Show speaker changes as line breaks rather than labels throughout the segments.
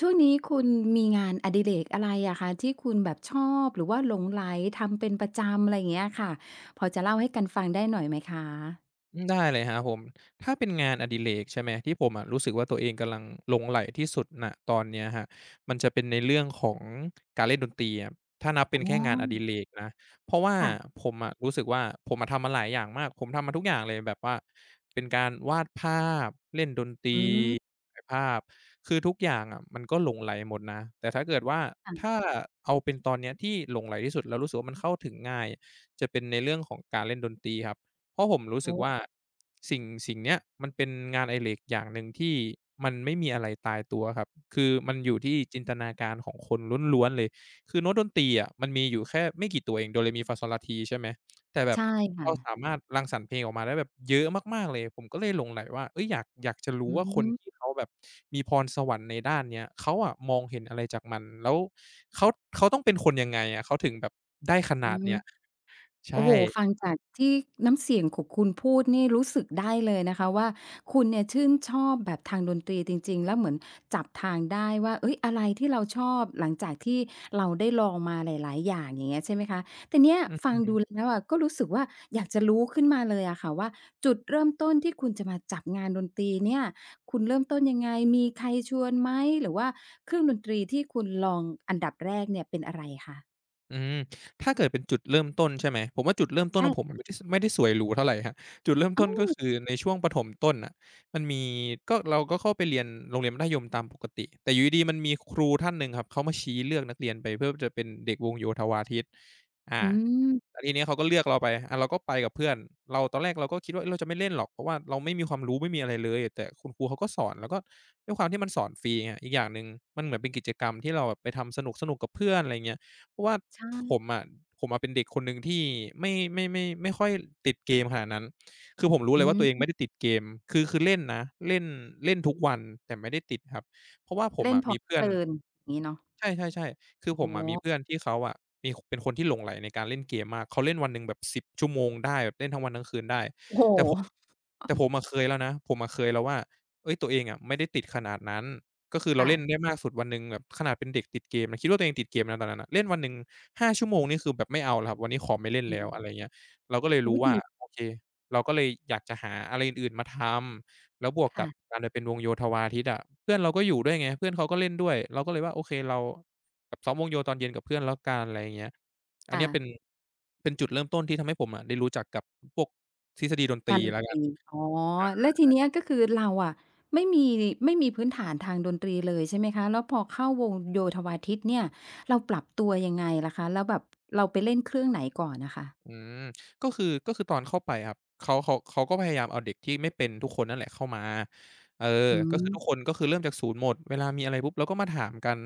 ช่วงนี้คุณมีงานอดิเรกอะไรอะคะที่คุณแบบชอบหรือว่าหลงใหลทำเป็นประจำอะไรอย่างเงี้ยค่ะพอจะเล่าให้กันฟังได้หน่อยไหมคะ
ได้เลยครับผมถ้าเป็นงานอดิเรกใช่ไหมที่ผมอะรู้สึกว่าตัวเองกำลังหลงใหลที่สุดณตอนเนี้ยครับมันจะเป็นในเรื่องของการเล่นดนตรีอะถ้านับเป็น
อ๋
แค่งานอดิเร
อ
กนะเพราะว่า
ค่ะ
ผมอะรู้สึกว่าผมอะทำมาหลายอย่างมากผมทำมาทุกอย่างเลยแบบว่าเป็นการวาดภาพเล่นดนตรี
อืม
ถ่ายภาพคือทุกอย่างอะมันก็หลงใหลหมดนะแต่ถ้าเกิดว่าถ้า
ค่ะ
เอาเป็นตอนเนี้ยที่หลงใหลที่สุดแล้วรู้สึกว่ามันเข้าถึงง่ายจะเป็นในเรื่องของการเล่นดนตรีครับ เพราะผมรู้สึ
โอ้
กว่าสิ่งเนี้ยมันเป็นงานอดิเรกอย่างหนึ่งที่มันไม่มีอะไรตายตัวครับคือมันอยู่ที่จินตนาการของคนล้วนๆเลยคือโน้ตดนตรีอะมันมีอยู่แค่ไม่กี่ตัวเองโดเรมีฟาซอลาทีใช่ไหมแต่แบบ
ใช่ค่ะ
เราสามารถรังสรรค์เพลงออกมาได้แบบเยอะมากๆเลยผมก็เลยหลงใหลว่าเฮ้ยอยากจะรู้
อือ
ว่าคน
ฮึ
ที่เขาแบบมีพรสวรรค์ในด้านเนี้ยเขาอะมองเห็นอะไรจากมันแล้วเขาเขาต้องเป็นคนยังไงอะเขาถึงแบบได้ข
อื
นาดเนี้ย
ม โอ้
ใช่
โฮฟังจากที่น้ำเสียงของคุณพูดนี่รู้สึกได้เลยนะคะว่าคุณเนี่ยชื่นชอบแบบทางดนตรีจริงๆแล้วเหมือนจับทางได้ว่าเฮ้ยอะไรที่เราชอบหลังจากที่เราได้ลองมาหลายๆอย่างอย่างเงี้ยใช่ไหมคะแต่เนี่ย
อือ
ฟัง
ฮึ
ดูแล้วอะก็รู้สึกว่าอยากจะรู้ขึ้นมาเลยอะค่ะว่าจุดเริ่มต้นที่คุณจะมาจับงานดนตรีเนี่ยคุณเริ่มต้นยังไงมีใครชวนไหมหรือว่าเครื่องดนตรีที่คุณลองอันดับแรกเนี่ยเป็นอะไรคะ
อืมถ้าเกิดเป็นจุดเริ่มต้นใช่ไหมผมว่าจุดเริ่มต้นของผม
ใช่
มันไม่ได้สวยหรูเท่าไรครับจุดเริ่มต้
อ้า
นก็
ว
คือในช่วงประถมต้นน่ะมันมีเราก็เข้าไปเรียนโรงเรียนมัธยมตามปกติแต่อยู่ดีๆมันมีครูท่านหนึ่งครับเขามาชี้เลือกนักเรียนไปเพื่อจะเป็นเด็กวงโยธวาทิตอา
อื
แล้
ม
วทีนี้เขาก็เลือกเราไปเราก็ไปกับเพื่อนเราตอนแรกเราก็คิดว่าเฮ้ยเราจะไม่เล่นหรอกเพราะว่าเราไม่มีความรู้ไม่มีอะไรเลยแต่คุณครูเขาก็สอนแล้วก็ด้วยความที่มันสอนฟรีไงอีกอย่างหนึ่งมันเหมือนเป็นกิจกรรมที่เราแบบไปทำสนุกๆกับเพื่อนอะไรเงี้ย เพราะว่า
ใช่
ผมอะผมอะเป็นเด็กคนหนึ่งที่ไม่ค่อยติดเกมขนาดนั้นคือผมรู้
อื
เลยว่าตัวเอง
ม
ไม่ได้ติดเกมคือเล่นนะเล่นเล่นทุกวันแต่ไม่ได้ติดครับเพราะว่าผม
เล่น
อะ
พร้อ
มี
ม
เพื่อ
เพ
น
ลินอย่างงี้เนาะ
ใช่ๆๆคือผ
อ๋
ม
อ
อะมีเพื่อนที่เขาอะมีเป็นคนที่หลงใหลในการเล่นเกมมากเขาเล่นวันหนึ่งแบบ10ชั่วโมงได้แบบเล่นทั้งวันทั้งคืนได้
โอ้โ
แต่ผม
ฮ
แต่ผมอะเคยแล้วนะผมอะเคยแล้วว่าเฮ้ยตัวเองอะไม่ได้ติดขนาดนั้น ก็คือเราเล่นได้
ค่ะ
มากสุดวันหนึ่งแบบขนาดเป็นเด็กติดเกมนะคิดว่าตัวเองติดเกมนะตอนนั้นน่ะเล่นวันหนึ่ง5ชั่วโมงนี่คือแบบไม่เอาแล้วครับวันนี้ขอไม่เล่น
อื
แล้
ม
วอะไรเงี้ยเราก็เลย
อุ๊
รู้
ย
ว่า
ดี
โอเคเราก็เลยอยากจะหาอะไรอื่นๆมาทำแล้วบวกกับ
ค่ะ
การไปเป็นวงโยธวาทิตอะเพื่อนเราก็อยู่ด้วยไงเพื่อนเขาก็เล่นด้วยเราก็เลยว่าโอเคเราแบบซ้อมวงโยตอนเย็นกับเพื่อนแล้วกันอะไรอย่างเงี้ยอัน
ค่ะ
เนี้ยเป็นเป็นจุดเริ่มต้นที่ทำให้ผมอะได้รู้จักกับพวกทฤษฎีดนตรี
งานดน
แล้ว
ต
กัน
รีอ๋อแล้วทีเนี้ยก็คือเราอะไม่มีไม่มีพื้นฐานทางดนตรีเลยใช่ไหมคะแล้วพอเข้าวงโยธวาทิตเนี่ยเราปรับตัวยังไงล่ะคะแล้วแบบเราไปเล่นเครื่องไหนก่อนอะค่ะ
อืมก็คือตอนเข้าไปครับเขาก็พยายามเอาเด็กที่ไม่เป็นทุกคนนั่นแหละเข้ามาเออ
อื
ก็
ม
คือทุกคนก็คือเริ่มจากศูนย์หมดเวลามีอะไรปุ๊บเราก็มาถามกัน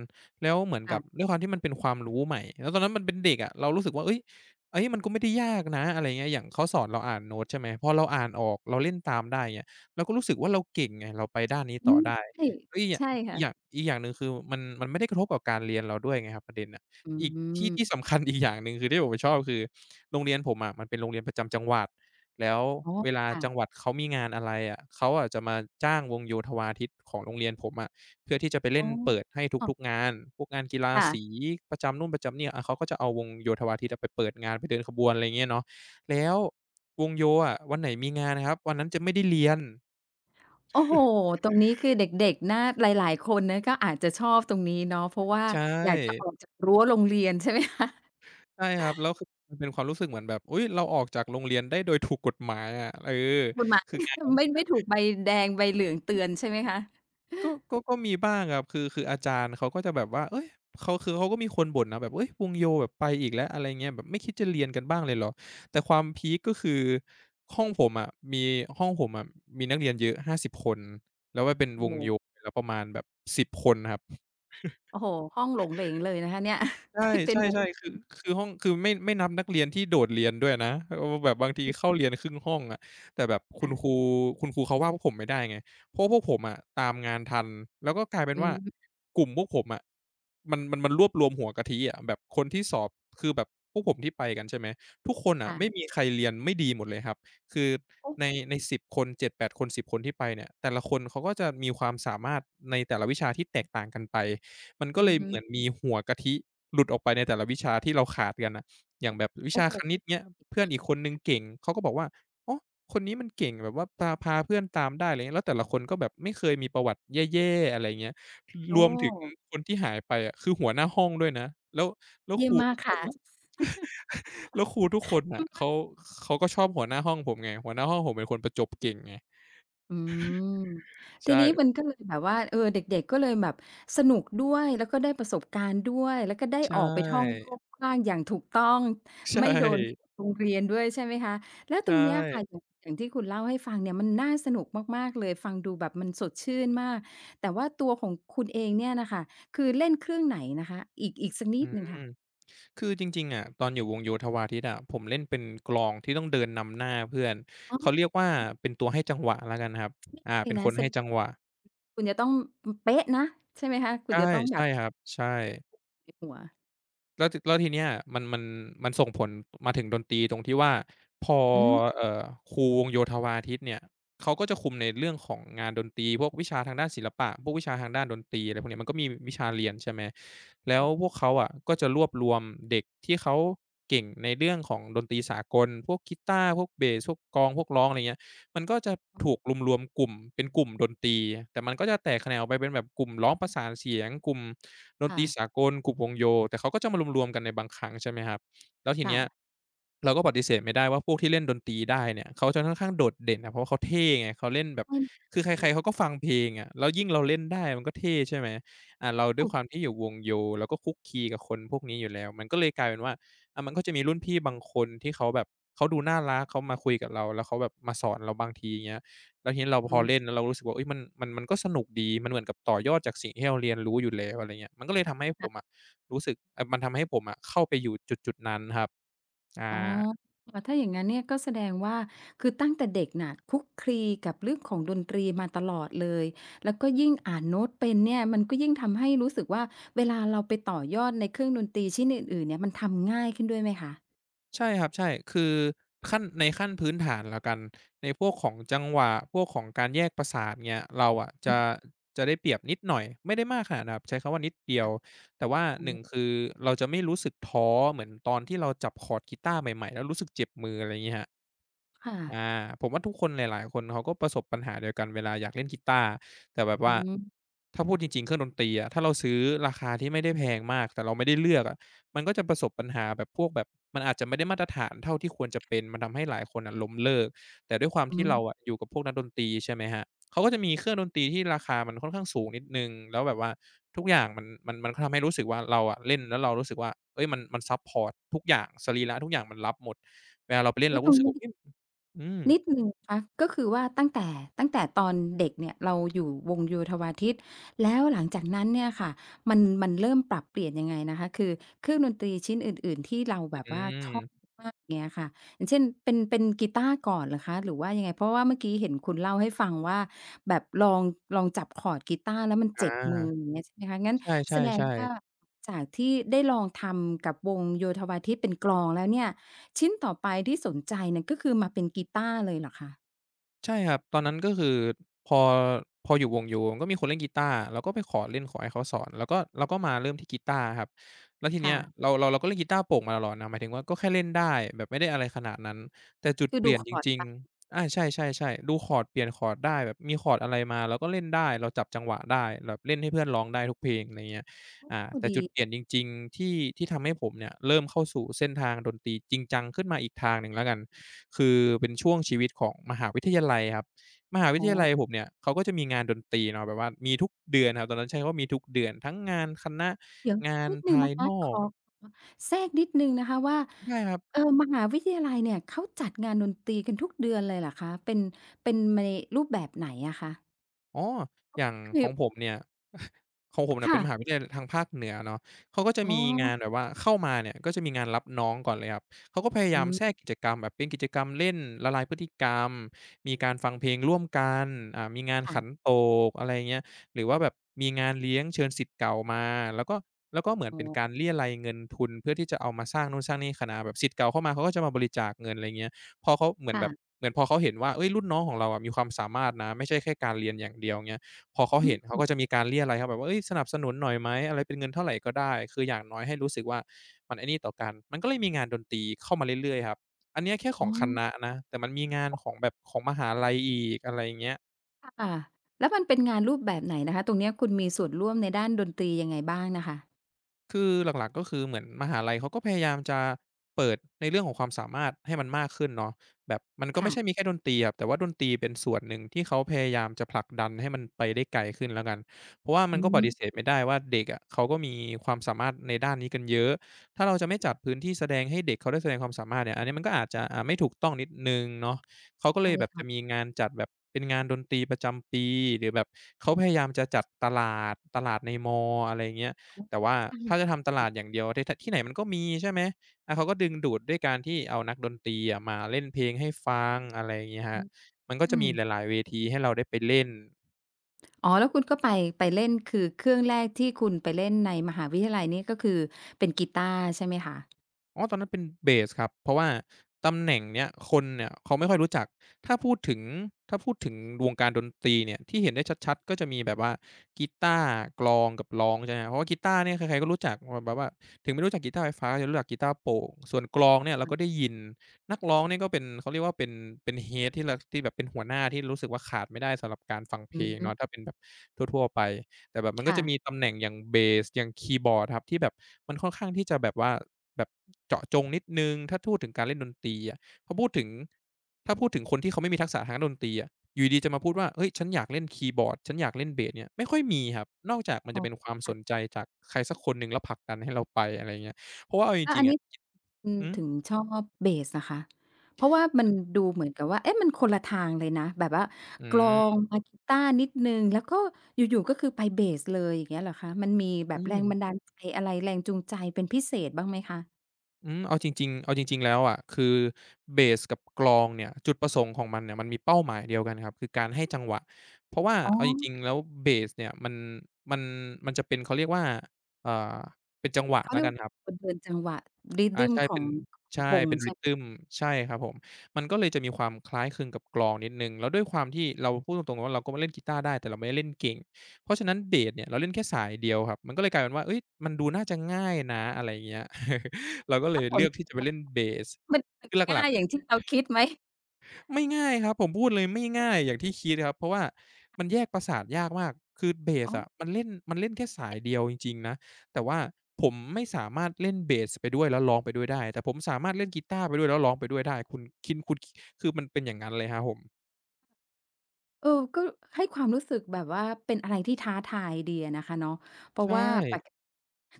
แล้วเหมือนกั
ค่ะ
บด้วยความที่มันเป็นความรู้ใหม่แล้วตอนนั้นมันเป็นเด็กอะเรารู้สึกว่าเฮ้ยมันก็ไม่ได้ยากนะอะไรเงี้ยอย่างเขาสอนเราอ่านโน้ตใช่ไหมพอเราอ่านออกเราเล่นตามได้เงี้ยเราก็รู้สึกว่าเราเก่งไงเราไปด้านนี้
อื
ต่อ
ม
ได้
ใช่
แล้ว
ใช่ค่ะ
อีกอย่างหนึ่งคือมันไม่ได้กระทบกับการเรียนเราด้วยไงครับประเด็นน่ะ
อื
อีกที่ที่
ม
สำคัญ อีกอย่างหนึ่งคือที่ผมชอบคือโรงเรียนผมอะมันเป็นโรงเรียนประจำจังหวัดแล้ว
อ๋อ
เวลา
ค่ะ
จังหวัดเขามีงานอะไรอะเขาอะจะมาจ้างวงโยธวาทิตของโรงเรียนผมอะเพื่อที่จะไป
อ๋
เล่
อ
นเปิดให้ทุกๆ
ค
งานพวกงานกีฬา
่ะ
สีประจำนู่นประจำนี่อาเขาก็จะเอาวงโยธวาทิตอะไปเปิดงานไปเดินขบวนอะไรอย่างเงี้ยเนาะแล้ววงโยอะวันไหนมีงานนะครับวันนั้นจะไม่ได้เรียน
โอ้โฮตรงนี้คือเด็กๆน่าหลายๆ คนนะก็อาจจะชอบตรงนี้เนาะเพราะว่า
ใช
อยากจะอ
่
อกจากรั้วโรงเรียนใช่ไหมคะ
ใช่ครับแล้วคือมันเป็นความรู้สึกเหมือนแบบอุ๊ยเราออกจากโรงเรียนได้โดยถูกกฎหมายอะเออ
กฎหมาย
คืองาน
ไม่ไม่ถูกใบแดงใบเหลืองเตือนใช่ไหมคะ
ก็มีบ้างครับคืออาจารย์เขาก็จะแบบว่าเฮ้ย เขาคือเขาก็มีคนบ่นนะ แบบเฮ้ยวงโยแบบไปอีกแล้วอะไรเงี้ยแบบไม่คิดจะเรียนกันบ้างเลยเหรอ แต่ความพีกก็คือ ห้องผมอะมีห้องผมอะมีนักเรียนเยอะ50คน แล้วมันเป็น
โอ้
ว
โฮ
งโยแล้วประมาณแบบ10คนครับ
โอ้โฮห้องโหลงเหลงเลยนะคะเนี่ย ไป
ใช่
เป็
ใช
นวง
่ๆคือคือห้องคือไม่นับนักเรียนที่โดดเรียนด้วยนะเออแบบบางที
ปิ
เข้า
ด
เรียนครึ่งห้องอะแต่แบบคุณครู
ค่ะ
คุณครูเขาว่าพวกผมไม่ได้ไงเพราะว่าพวกผมอะตามงานทันแล้วก็กลายเป็น
อื
ว่า
ม
กลุ่มพวกผมอะมันรวบรวมหัวกะทิอะแบบคนที่สอบคือแบบพวกผมที่ไปกันใช่ไหมทุกคนน่ะไม่
ค่ะ
มีใครเรียนไม่ดีหมดเลยครับคือ
โอ
ใน
้
10คน7-8คน10คนที่ไปเนี่ยแต่ละคนเขาก็จะมีความสามารถในแต่ละวิชาที่แตกต่างกันไป มันก็
อื
เล
อ
ย
ฮึ
เหมือนมีหัวกะทิหลุดออกไปในแต่ละวิชาที่เราขาดกันน่ะอย่างแบบวิ
โอ้
ชา
โฮ
คณิตเงี้ยเพื่อนอีกคนหนึ่งเก่งเขาก็บอกว่าอ๋อคนนี้มันเก่งแบบว่าตาพาเพื่อนตามได้อะไรเงี้ยแล้วแต่ละคนก็แบบไม่เคยมีประวัติแย่ๆอะไรเงี้ยรวมถึงคนที่หายไปอะคือหัวหน้าห้องด้วยนะแล้วแล้วค
เยี่ย
รู
มมา
ทุ
ก
กคน
ค่ะ
น่ะแล้วครูทุกคนน่ะเขาเขาก็ชอบหัวหน้าห้องผมไงหัวหน้าห้องผมเป็นคนประจบเก่งไง
อืมที
ใช่
นี้มันก็เลยแบบว่าเออเด็กๆก็เลยแบบสนุกด้วยแล้วก็ได้ประสบการณ์ด้วยแล้วก็ได้
ใช
ออกไปท่อง
่
โลกกว้างอย่างถูกต้อง
ใช
ไม่โดน
่
โรงเรียนด้วยใช่ไหมคะแล้วตร
ใช่
งเนี้ยค่ะอย่างอย่างที่คุณเล่าให้ฟังเนี่ยมันน่าสนุกมากๆเลยฟังดูแบบมันสดชื่นมากแต่ว่าตัวของคุณเองเนี่ยน่ะค่ะคือเล่นเครื่องไหนนะคะอีกสักนิ
อื
ดหนึ่ง
ม
ค่ะ
คือจริงๆอะตอนอยู่วงโยธวาทิตอะผมเล่นเป็นกลองที่ต้องเดินนำหน้าเพื่อน
อ๋
เขาเรี
อ
ยกว่าเป็นตัวให้จังหวะแล้วกันครับอ่า
เล
เป็
ย
นค
นะ
น
แส
ให้
ดง
จังหวะ
คุณจะต้องอืมเป๊ะนะใช่ไหมคะคุณ
ใช่
จะต้องแบ
ใช่
บ
ครับใช่
ในหัว
แล้วทีเนี้ยมันมันมันส่งผลมาถึงดนตรีตรงที่ว่าพอ
อืม
เอ่อครูวงโยธวาทิตเนี่ยเขาก็จะคุมในเรื่องของงานดนตรีพวกวิชาทางด้านศิลปะ พวกวิชาทางด้านดนตรีอะไรพวกเนี้ยมันก็มีวิชาเรียนใช่ไหม แล้วพวกเขาอะก็จะรวบรวมเด็กที่เขาเก่งในเรื่องของดนตรีสากลพวกกีตาร์พวกเบสพวกกลองพวกร้องอะไรเงี้ยมันก็จะถูกรวมๆกลุ่มเป็นกลุ่มดนตรีแต่มันก็จะแตกแขนงออกไปเป็นแบบกลุ่มร้องประสานเสียงกลุ่ม ดนต
ค่ะ
รีสากลกลุ่มวงโยแต่เขาก็จะมารวมๆกันในบางครั้งใช่ไหมครับแล้วทีเนี้ย
ค่ะ
เราก็ปฏิเสธไม่ได้ว่าพวกที่เล่นดนตรีได้เนี่ยเขาจะค่อนข้างโดดเด่นอะเพราะว่าเขาเท่ไงเขาเล่นแบบ
ให้
คือใค
ดี
รๆเขาก็ฟังเพลงอะแล้วยิ่งเราเล่นได้มันก็เท่ใช่ไหมอ่าเราด้ว
ถู
ย
ก
ความที่อยู่วงโยเราก็คลุกคลีกับคนพวกนี้อยู่แล้วมันก็เลยกลายเป็นว่าอ่ามันก็จะมีรุ่นพี่บางคนที่เขาแบบเขาดูน่ารักเขามาคุยกับเราแล้วเขาแบบมาสอนเราบางทีอย่างเงี้ย แล้วทีนี้เราพ
อื
อ
ม
เล่นแล้วเรารู้สึกว่าเฮ้ยมันก็สนุกดีมันเหมือนกับต่อยอดจากสิ่งที่เราเรียนรู้อยู่แล้วอะไรเงี้ยมันก็เลยทำให้ผมอะ
ค่ะ
รู้สึกมันทำให้ผมอะเข้าไปอยู่จุดๆนั้นครับอ
อ๋อ
า
ถ้าอย่างงั้นเนี่ยก็แสดงว่าคือตั้งแต่เด็กน่ะคลุกคลีกับเรื่องของดนตรีมาตลอดเลย แล้วก็ยิ่งอ่านโน้ตเป็นเนี่ยมันก็ยิ่งทำให้รู้สึกว่าเวลาเราไปต่อยอดในเครื่องดนตรีชิ้นอื่นๆเนี่ยมันทำง่ายขึ้นด้วยไหมคะ
ใช่ครับใช่คือในขั้นพื้นฐานแล้วกันในพวกของจังหวะพวกของการแยกประสาทเงี้ยเราอะ
อืม
จะได้เปรียบนิดหน่อยไม่ได้มากขนาดนั้นครับใช้คำว่านิดเดียว
ค่ะ
แต่ว่า
อ๋อ
หนึ่งคือเราจะไม่รู้สึกท้อเหมือนตอนที่เราจับคอร์ดกีตาร์ใหม่ๆแล้วรู้สึกเจ็บมืออะไรงี้ครับ
ค่ะ
อผมว่าทุกคนหลายๆคนเขาก็ประสบปัญหาเดียวกันเวลาอยากเล่นกีตาร์แต่แบบ
อื
ว่า
ม
ถ้าพูดจริงๆเครื่องดนตรีอะถ้าเราซื้อราคาที่ไม่ได้แพงมากแต่เราไม่ได้เลือกอะมันก็จะประสบปัญหาแบบพวกแบบมันอาจจะไม่ได้มาตรฐานเท่าที่ควรจะเป็นมันทำให้หลายคนอะล้มเลิกแต่ด้วยความ
อื
ที่เราอะ
ม
อยู่กับพวกนักดนตรีใช่ไหมครับเขาก็จะมีเครื่องดนตรีที่ราคามันค่อนข้างสูงนิดหนึ่งแล้วแบบว่าทุกอย่างมันก็ทำให้รู้สึกว่าเราอะเล่นแล้วเรารู้สึกว่าเฮ้ยมันซัปพอร์ตทุกอย่างสรีระทุกอย่างมันรับหมดเวลาเราไปเล่น
แล้
เรา
วต
ก็
รง
รู้สึก
นี้
ว่าเฮ้ย อืม
นิดหนึ่งคะก็คือว่าตั้งแต่ตอนเด็กเนี่ยเราอยู่วงโยธวาทิตแล้วหลังจากนั้นเนี่ยค่ะมันเริ่มปรับเปลี่ยนยังไงนะคะคือเครื่องดนตรีชิ้นอื่นๆที่เราแบบ
อื
ว่าชอบ
ม
มากอย่างเงี้ยค่ะอย่างเช่นเป็นกีตาร์ก่อนเหรอคะหรือว่ายังไงเพราะว่าเมื่อกี้เห็นคุณเล่าให้ฟังว่าแบบลองจับคอร์ดกีตาร์แล้วมัน
อา
เจ็บมืออย่างเงี้ยใช่ไหมคะงั้น
ใช
แสดง
่
ว่า
ๆๆ
จากที่ได้ลองทำกับวงโยธวาทิตเป็นกลองแล้วเนี่ย ชิ้นต่อไปที่สนใจเนี่ยก็คือมาเป็นกีตาร์เลยเหรอคะ
ใช่ครับตอนนั้นก็คือพอพออยู่วงโยก็มีคนเล่นกีตาร์เราก็ไปขอเล่นขอให้เขาสอนแล้วก็เราก็มาเริ่มที่กีตาร์ครับแล้วทีเนี้
ค่ะ
ยเราก็เล่นกีตาร์โปร่งมาตลอดนะหมายถึงว่าก็แค่เล่นได้แบบไม่ได้อะไรขนาดนั้นแต่จุด
คือ
เป
ดู
ลี่ยน
ค
จ
อร์ด
ริง
ไป
ๆใช่ๆๆดูคอร์ดเปลี่ยนคอร์ดได้แบบมีคอร์ดอะไรมาเราก็เล่นได้เราจับจังหวะได้แบบเล่นให้เพื่อนร้องได้ทุกเพลงอะไรเงี้ย
ก็
แต่
ดี
จุดเปลี่ยนจริงๆที่ทำให้ผมเนี่ยเริ่มเข้าสู่เส้นทางดนตรีจริงจังขึ้นมาอีกทางหนึ่งแล้วกันคือเป็นช่วงชีวิตของมหาวิทยาลัยครับมหาวิ
อ๋
ท
อ
ยาลัยผมเนี่ยเขาก็จะมีงานดนตรีเนาะแบบว่ามีทุกเดือนครับตอนนั้นใช้คำว่ามีทุกเดือนทั้งงานคณะ
เดี๋ยว
งาน
นิดหนึ่ง
ภาย
นะ
น
คะ
อ
ข
ก
อขอแทรกนิดหนึ่งนะคะว่า
ใช่ครับ
มหาวิทยาลัยเนี่ยเขาจัดงานดนตรีกันทุกเดือนเลยเหรอคะเป็นในรูปแบบไหนอะคะ
อ๋ออย่าง
คื
ข
อ
องผมเนี่ย ของผมเนี่ยเป็นมหาวิ
ค่ะ
ทยาลัยทางภาคเหนือเนาะเขาก็จะ
อ๋
มีงานแบ
อ
บว่าเข้ามาเนี่ยก็จะมีงานรับน้องก่อนเลยครับเขาก็พยา
อื
ยาม
ม
แทรกกิจกรรมแบบเป็นกิจกรรมเล่นละลายพฤติกรรมมีการฟังเพลงร่วมกัน มีงานขัน
ค่ะ
โตกอะไรเงี้ยหรือว่าแบบมีงานเลี้ยงเชิญศิษย์เก่ามาแล้วก็แล้วก็เหมือน
อ๋อ
เป็นการเรี้ยไยเงินทุนเพื่อที่จะเอามาสร้างนู่นสร้างนี่คณะแบบศิษย์เก่าเข้ามาเขาก็จะมาบริจาคเงินอะไรเงี้ย พอเขาเหมือน
ค่ะ
แบบเหมือนพอเขาเห็นว่าเฮ้ยรุ่นน้องของเราอะมีความสามารถนะไม่ใช่แค่การเรียนอย่างเดียวเงี้ยพอเขา
อื
เห็นเขา
ม
ก็จะมีการเรี่ยไรครับแบบว่าเฮ้ยสนับสนุนหน่อยไหมอะไรเป็นเงินเท่าไรก็ได้คืออย่างน้อยให้รู้สึกว่ามันไอ้นี่ต่อกันมันก็เลยมีงานดนตรีเข้ามาเรื่อยๆครับอันเนี้ยแค่ข
อ๋อ
องคณะนะแต่มันมีงานของแบบของมหาลัยอีกอะไรอย่างเงี้ย
ค่ะแล้วมันเป็นงานรูปแบบไหนนะคะตรงเนี้ยคุณมีส่วนร่วมในด้านดนตรียังไงบ้างน่ะค่ะ
คือหลักๆก็คือเหมือนมหาลัยเขาก็พยายามจะเปิดในเรื่องของความสามารถให้มันมากขึ้นเนาะแบบมันก็ไม่ใช่มี
ค่ะ
แค่ดนตรีอะแต่ว่าดนตรีเป็นส่วนหนึ่งที่เขาพยายามจะผลักดันให้มันไปได้ไกลขึ้นแล้วกันเพราะว่ามั
อื
นก็ป
ม
ฏิเสธไม่ได้ว่าเด็กอะเขาก็มีความสามารถในด้านนี้กันเยอะถ้าเราจะไม่จัดพื้นที่แสดงให้เด็กเขาได้แสดงความสามารถเนี่ยอันนี้มันก็อาจจะไม่ถูกต้องนิดหนึ่งเนาะเขาก็เล
ใช่
ยแบบ
ค่ะ
จะมีงานจัดแบบเป็นงานดนตรีประจำปีหรือแบบเขาพยายามจะจัดตลาดในมออะไรอย่างเงี้ย แต่ว่า
ใช่
ถ้าจะทำตลา ดอย่างเดียวที่ไหนมันก็มีใช่ไหมเขาก็ดึงดูดด้วยการที่เอานักดนตรีอะมาเล่นเพลงให้ฟังอะไรอย่างงี้ครับมันก็จะ
อืม
มีหลายๆเวทีให้เราได้ไปเล่น
อ๋อแล้วคุณก็ไปเล่น คือเครื่องแรกที่คุณไปเล่นในมหาวิทยาลัยนี่ก็คือเป็นกีตาร์ใช่ไหมคะ
อ๋อตอนนั้นเป็นเบสครับเพราะว่าตำแหน่งเนี้ยคนเนี่ยเขาไม่ค่อยรู้จัก ถ้าพูดถึงถ้าพูดถึงวงการดนตรีเนี่ยที่เห็นได้ชัดๆก็จะมีแบบว่ากีตาร์กลองกับร้องใช่ไหมครับเพราะว่ากีตาร์เนี่ยใครๆก็รู้จักวแบบว่าถึงไม่รู้จักกีตาร์ไฟฟ้าจะรู้จักกีตาร์โปร่งส่วนกลองเนี่ยเราก็
ค่ะ
ได้ยินนักร้องเนี่ยก็เป็นเขาเรียกว่าเป็น Head ที่เราที่แบบเป็นหัวหน้าที่รู้สึกว่าขาดไม่ได้สำหรับการฟังเพ
อื
ลงเนาะ
ม
ถ้าเป็นแบบทั่วๆไป แต่แบบมันก็
ค่ะ
จะมีตำแหน่งอย่างเบสอย่างคีย์บอร์ดครับที่แบบมันค่อนข้างที่จะแบบว่าแบบเจาะจงนิดหนึ่งถ้าทูดถึงการเล่นดนตรีอะพอพูดถึงถ้าพูดถึงคนที่เขาไม่มีทักษะทางด้านดนตรีอะอยู่ดีๆจะมาพูดว่าเฮ้ยฉันอยากเล่นคีย์บอร์ดฉันอยากเล่นเบสเนี่ยไม่ค่อยมีครับนอกจากมัน
อ๋อ
จะเป็นความสนใจ
ค่ะ
จากใครสักคนหนึ่งแล้วผลักดันให้เราไปอะไรอย่างเงี้ยเพราะว่าเอาจ
แล้ว
ริ
อั
ง
น
ๆอะ
นี้คุณ
อือ
ถึงชอบเบสนะคะเพราะว่ามันดูเหมือนกับว่าเอ๊ะมันคนละทางเลยนะ แบบว่า
อื
กลอ
ม
งมากีตาร์นิดหนึ่งแล้วก็อยู่ๆก็คือไปเบสเลยอย่างเงี้ยเหรอคะมันมีแบ
อื
บแรงบัน
ม
ดาลใจอะไรแรงจูงใจเป็นพิเศษบ้างไหมคะ
อืมเอาจริงๆเอาจริงๆแล้วอะคือเบสกับกลองเนี่ยจุดประสงค์ของมันเนี่ยมันมีเป้าหมายเดียวกันครับ คือการให้จังหวะ เพราะว่า
อ๋อ
เอาจริงๆแล้วเบสเนี่ยมันมันจะเป็นเขาเรียกว่าเอ่อเป็นจังหวะ
เขา
แล้ว
เรียก
กัน
ว่า
ครับ
คนเดินจังหวะ
อา
Rhythm
ใช่
ขอ
เป็
ง
น
ของ
ใช่
วง
เป็น
ใช่
Rhythm ใช่ครับผมมันก็เลยจะมีความคล้ายคลึงกับกลองนิดหนึ่งแล้วด้วยความที่เราพูดตรงๆว่าเราก็มาเล่นกีตาร์ได้แต่เราไม่ได้เล่นเก่งเพราะฉะนั้นเบสเนี่ยเราเล่นแค่สายเดียวครับมันก็เลยกลายเป็นว่าเฮ้ยมันดูน่าจะง่ายนะอะไรอย่างเงี้ย เราก็เล
แล้
ย
วผ
เลื
ล
อกที่จะไปเล่นเบส
เป็นยังไงมันมัน
คือหลั
ง่า
ก
ยอย่าง
ๆ
ที่เราคิดไหม
ไม่ง่ายครับผมพูดเลยไม่ง่ายอย่างที่คิดครับเพราะว่ามันแยกประสาทยากมากคือเบส
อ๋อ
อะมันเล่นแค่สายเดียวจริงๆนะแต่ว่าผมไม่สามารถเล่นเบสไปด้วยแล้วร้องไปด้วยได้แต่ผมสามารถเล่นกีตาร์ไปด้วยแล้วร้องไปด้วยได้คุณคินคุณคือมันเป็นอย่างงั้นเลยครับผม
เออก็ให้ความรู้สึกแบบว่าเป็นอะไรที่ท้าทายดีอะนะคะเนาะเพราะ
ใช่
ว่าปก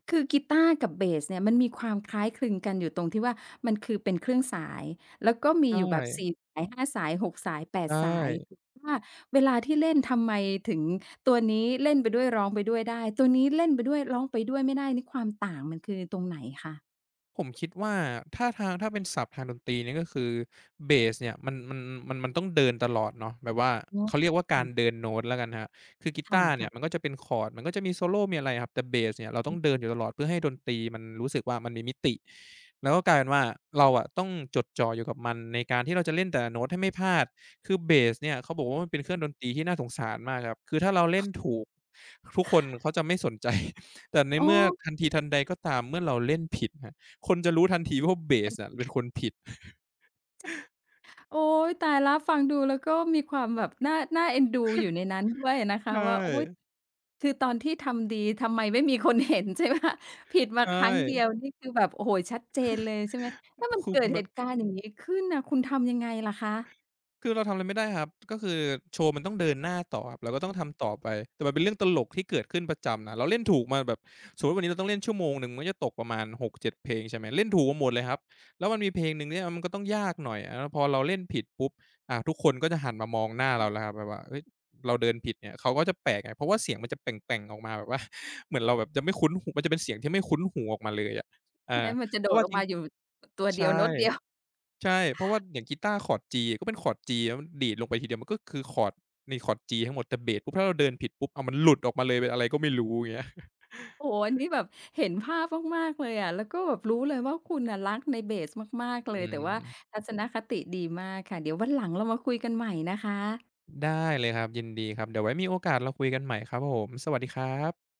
คือกีตาร์กับเบสเนี่ยมันมีความคล้ายคลึงกันอยู่ตรงที่ว่ามันคือเป็นเครื่องสายแล้วก็มี
ใช่
อยู่แบบ4 สาย5 สาย6 สายแป
ใช
ดสายแต่
่
ว่าเวลาที่เล่นทำไมถึงตัวนี้เล่นไปด้วยร้องไปด้วยได้ตัวนี้เล่นไปด้วยร้องไปด้วยไม่ได้นี่ความต่างมันคือตรงไหนคะ
ผมคิดว่าถ้าทางถ้าเป็นศัพท์ทางดนตรีเนี่ยก็คือเบสเนี่ยมันต้องเดินตลอดเนาะแบบว่า
อ๋
เขา
อ
เรียกว่าการเดินโน้ตแล้วกันครับคือกี
ค่
ตาร์เนี่ยมัน
ะ
ก็จะเป็นคอร์ดมันก็จะมีโซโลมีอะไรครับแต่เบสเนี่ยเรา
ๆ
ต้อ
อื
ง
อ
เดินอยู่ตลอดเพื่อให้ดนตรีมันรู้สึกว่ามันมีมิติแล้วก็กลายเป็นว่าเราอะต้องจดจ่ออยู่กับมันในการที่เราจะเล่นแต่ละโน้ตให้ไม่พลาดคือเบสเนี่ยเขาบอกว่ามันเป็นเครื่องดนตรีที่น่าสงสารมากครับคือถ้าเราเล่นถูกทุกคนเขาจะไม่สนใจ แต่ใน
อ๋อ
เมื่อทันทีทันใดก็ตามเมื่อเราเล่นผิดครับ คนจะรู้ทันทีว่าเบสอะเป็นคนผิด
โอ๊ยตายแล้วฟังดูแล้วก็มีความแบบน่าเอ็นดูอยู่ในนั้นด้วยนะคะ
ใช่
ว่าโอ๊ยคือตอนที่ทำดีทำไมไม่มีคนเห็นใช่ไหม คะผิดมา
ใช
ครั้งเดีย
่
วนี่คือแบบโอ้โฮชัดเจนเลยใช่ไหมถ้ามัน
คือ
เกิ
คุ
ด
ณ
เห
มัน
ตุการณ์อย่างงี้ขึ้นน่ะคุณทำยังไงล่ะคะ
คือเราทำอะไรไม่ได้ครับก็คือโชว์มันต้องเดินหน้าต่อครับเราก็ต้องทำต่อไปแต่มันเป็นเรื่องตลกที่เกิดขึ้นประจำนะเราเล่นถูกมาแบบสมมุติวันนี้เราต้องเล่นชั่วโมงหนึ่งมันก็จะตกประมาณ6-7เจ็ดเพลงใช่ไหมเล่นถูกมาหมดเลยครับแล้วมันมีเพลงหนึ่งเนี่ยมันก็ต้องยากหน่อยอาแล้วพอเราเล่นผิดปุ๊บทุกคนก็จะหันมามองหน้าเราแล้วครับแบบว่าเฮ้ยเราเดินผิดเนี่ยเขาก็จะแปลกไงเพราะว่าเสียงมันจะแป่งๆออกมาแบบว่า เหมือนเราแบบจะไม่คุ้นหูมันจะเป็นเสียงที่ไม่คุ้นหูออกมาเลยอะ
แม้
อา
มันจะ
เพ
โด
ราะ
ด
ว่า
ออ
จ
ก
ริง
มาอยู่ตัวเดียว
ใช่
โน้ตเดียว
ใช่เพราะว่าอย่างกีตาร์คอร์ด G ก็เป็นคอร์ด G แล้วมันดีดลงไปทีเดียวมันก็คือคอร์ดในคอร์ด G ทั้งหมดแต่เบสปุ๊บถ้าเราเดินผิดปุ๊บอ้าวมันหลุดออกมาเลยเป็นอะไรก็ไม่รู้อย่างเงี้ย
โอ้โฮอันนี้แบบเห็นภาพมากๆเลยอะแล้วก็แบบรู้เลยว่าคุณน่ะรักในเบสมากๆเลย
อื
แต่
ม
ว่าทัศนคติดีมากค่ะเดี๋ยววันหลังเรามาคุยกันใหม่นะคะ
ได้เลยครับยินดีครับเดี๋ยวไว้มีโอกาสเราคุยกันใหม่ครับผมสวัสดีครับ